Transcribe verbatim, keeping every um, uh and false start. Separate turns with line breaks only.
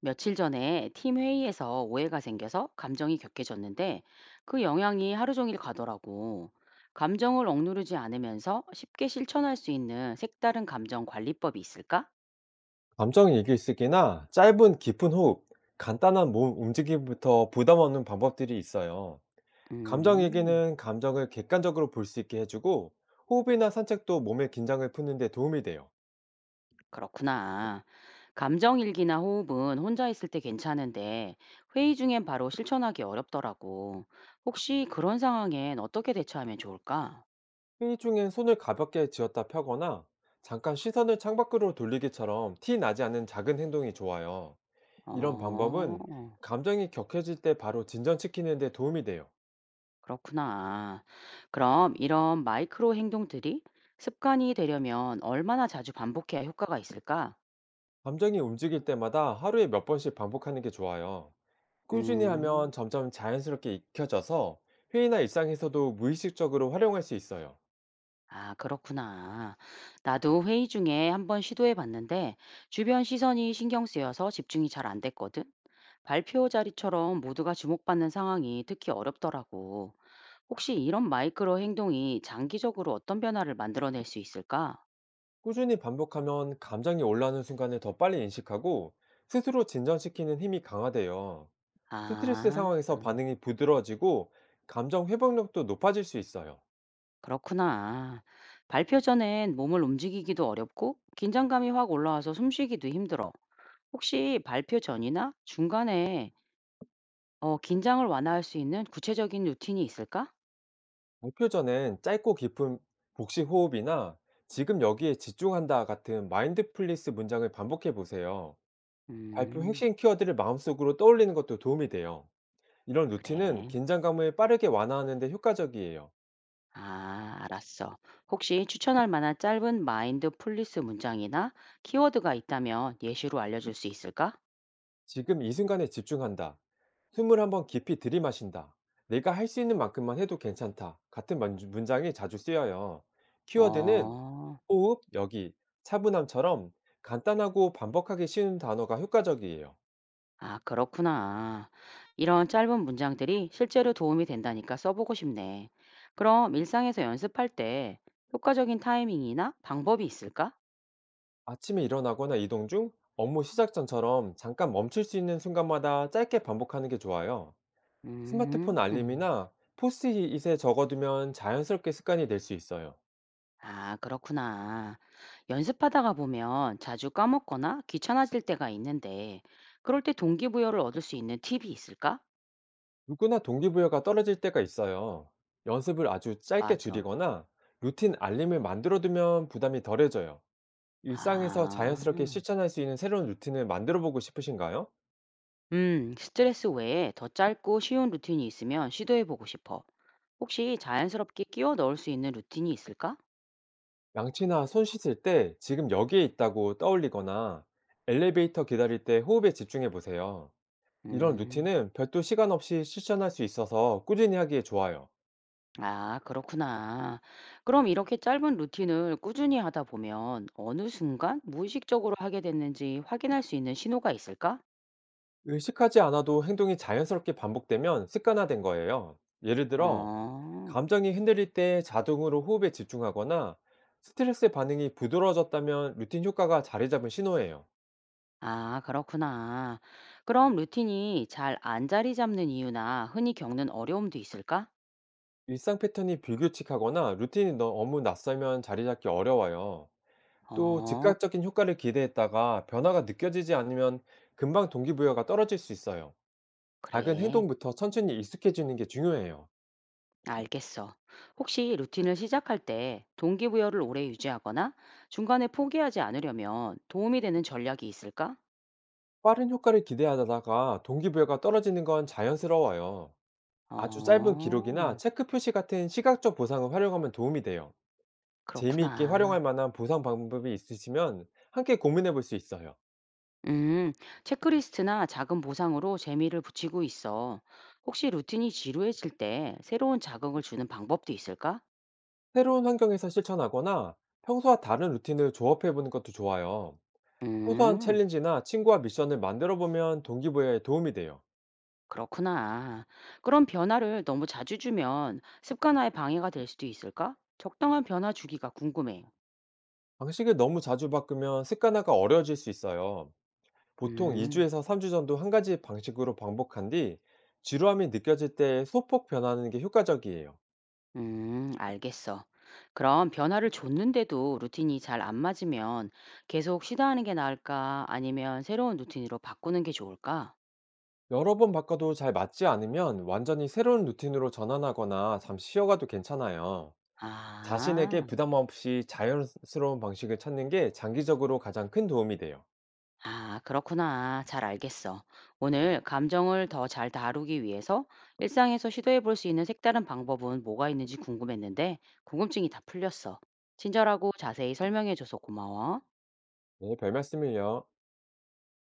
며칠 전에 팀 회의에서 오해가 생겨서 감정이 격해졌는데 그 영향이 하루 종일 가더라고. 감정을 억누르지 않으면서 쉽게 실천할 수 있는 색다른 감정 관리법이 있을까?
감정 일기쓰기나 짧은 깊은 호흡, 간단한 몸 움직임부터 부담 없는 방법들이 있어요. 감정
음,
일기는 감정을 객관적으로 볼 수 있게 해주고, 호흡이나 산책도 몸의 긴장을 푸는 데 도움이 돼요.
그렇구나. 감정 일기나 호흡은 혼자 있을 때 괜찮은데 회의 중엔 바로 실천하기 어렵더라고. 혹시 그런 상황엔 어떻게 대처하면 좋을까?
회의 중엔 손을 가볍게 쥐었다 펴거나, 잠깐 시선을 창밖으로 돌리기처럼 티 나지 않는 작은 행동이 좋아요. 이런 방법은
어.
감정이 격해질 때 바로 진전시키는 데 도움이 돼요.
그렇구나. 그럼 이런 마이크로 행동들이 습관이 되려면 얼마나 자주 반복해야 효과가 있을까?
감정이 움직일 때마다 하루에 몇 번씩 반복하는 게 좋아요. 꾸준히 하면
음,
점점 자연스럽게 익혀져서 회의나 일상에서도 무의식적으로 활용할 수 있어요.
아, 그렇구나. 나도 회의 중에 한번 시도해 봤는데 주변 시선이 신경 쓰여서 집중이 잘 안 됐거든. 발표 자리처럼 모두가 주목받는 상황이 특히 어렵더라고. 혹시 이런 마이크로 행동이 장기적으로 어떤 변화를 만들어낼 수 있을까?
꾸준히 반복하면 감정이 올라오는 순간을 더 빨리 인식하고 스스로 진정시키는 힘이 강화돼요. 스트레스
아,
상황에서
아.
반응이 부드러워지고 감정 회복력도 높아질 수 있어요.
그렇구나. 발표 전엔 몸을 움직이기도 어렵고 긴장감이 확 올라와서 숨쉬기도 힘들어. 혹시 발표 전이나 중간에 어, 긴장을 완화할 수 있는 구체적인 루틴이 있을까?
목표 전엔 짧고 깊은 복식 호흡이나 지금 여기에 집중한다 같은 마인드풀리스 문장을 반복해 보세요. 발표
음,
핵심 키워드를 마음속으로 떠올리는 것도 도움이 돼요. 이런 루틴은
그래.
긴장감을 빠르게 완화하는 데 효과적이에요.
아, 알았어. 혹시 추천할 만한 짧은 마인드 풀리스 문장이나 키워드가 있다면 예시로 알려줄 수 있을까?
지금 이 순간에 집중한다. 숨을 한번 깊이 들이마신다. 내가 할 수 있는 만큼만 해도 괜찮다. 같은 문- 문장이 자주 쓰여요. 키워드는
어.
호흡, 여기, 차분함처럼 간단하고 반복하기 쉬운 단어가 효과적이에요.
아, 그렇구나. 이런 짧은 문장들이 실제로 도움이 된다니까 써보고 싶네. 그럼 일상에서 연습할 때 효과적인 타이밍이나 방법이 있을까?
아침에 일어나거나 이동 중, 업무 시작 전처럼 잠깐 멈출 수 있는 순간마다 짧게 반복하는 게 좋아요.
음,
스마트폰
음.
알림이나 포스트잇에 적어두면 자연스럽게 습관이 될 수 있어요.
아, 그렇구나. 연습하다가 보면 자주 까먹거나 귀찮아질 때가 있는데, 그럴 때 동기부여를 얻을 수 있는 팁이 있을까?
누구나 동기부여가 떨어질 때가 있어요. 연습을 아주 짧게
맞아.
줄이거나 루틴 알림을 만들어두면 부담이 덜해져요. 일상에서 자연스럽게
아.
실천할 수 있는 새로운 루틴을 만들어보고 싶으신가요?
음, 스트레스 외에 더 짧고 쉬운 루틴이 있으면 시도해보고 싶어. 혹시 자연스럽게 끼워 넣을 수 있는 루틴이 있을까?
양치나 손 씻을 때 지금 여기에 있다고 떠올리거나 엘리베이터 기다릴 때 호흡에 집중해 보세요. 이런
음,
루틴은 별도 시간 없이 실천할 수 있어서 꾸준히 하기에 좋아요.
아, 그렇구나. 그럼 이렇게 짧은 루틴을 꾸준히 하다 보면 어느 순간 무의식적으로 하게 됐는지 확인할 수 있는 신호가 있을까?
의식하지 않아도 행동이 자연스럽게 반복되면 습관화된 거예요. 예를 들어
어,
감정이 흔들릴 때 자동으로 호흡에 집중하거나 스트레스 반응이 부드러워졌다면 루틴 효과가 자리 잡은 신호예요.
아, 그렇구나. 그럼 루틴이 잘 안 자리 잡는 이유나 흔히 겪는 어려움도 있을까?
일상 패턴이 불규칙하거나 루틴이 너무 낯설면 자리 잡기 어려워요. 또
어,
즉각적인 효과를 기대했다가 변화가 느껴지지 않으면 금방 동기부여가 떨어질 수 있어요. 작은
그래.
행동부터 천천히 익숙해지는 게 중요해요.
알겠어. 혹시 루틴을 시작할 때 동기부여를 오래 유지하거나 중간에 포기하지 않으려면 도움이 되는 전략이 있을까?
빠른 효과를 기대하다가 동기부여가 떨어지는 건 자연스러워요. 아주 짧은 기록이나
어,
체크 표시 같은 시각적 보상을 활용하면 도움이 돼요. 재미있게 활용할
그렇구나.
만한 보상 방법이 있으시면 함께 고민해 볼 수 있어요.
음, 체크리스트나 작은 보상으로 재미를 붙이고 있어. 혹시 루틴이 지루해질 때 새로운 자극을 주는 방법도 있을까?
새로운 환경에서 실천하거나 평소와 다른 루틴을 조합해 보는 것도 좋아요. 소소한
음,
챌린지나 친구와 미션을 만들어 보면 동기부여에 도움이 돼요.
그렇구나. 그럼 변화를 너무 자주 주면 습관화에 방해가 될 수도 있을까? 적당한 변화 주기가 궁금해.
방식을 너무 자주 바꾸면 습관화가 어려워질 수 있어요. 보통
음.
이 주에서 삼 주 정도 한 가지 방식으로 반복한 뒤 지루함이 느껴질 때 소폭 변하는 게 효과적이에요.
음, 알겠어. 그럼 변화를 줬는데도 루틴이 잘 안 맞으면 계속 쉬다 하는 게 나을까? 아니면 새로운 루틴으로 바꾸는 게 좋을까?
여러 번 바꿔도 잘 맞지 않으면 완전히 새로운 루틴으로 전환하거나 잠시 쉬어가도 괜찮아요. 자신에게
아,
부담 없이 자연스러운 방식을 찾는 게 장기적으로 가장 큰 도움이 돼요.
아, 그렇구나. 잘 알겠어. 오늘 감정을 더 잘 다루기 위해서 일상에서 시도해 볼 수 있는 색다른 방법은 뭐가 있는지 궁금했는데 궁금증이 다 풀렸어. 친절하고 자세히 설명해 줘서 고마워.
네, 별 말씀을요.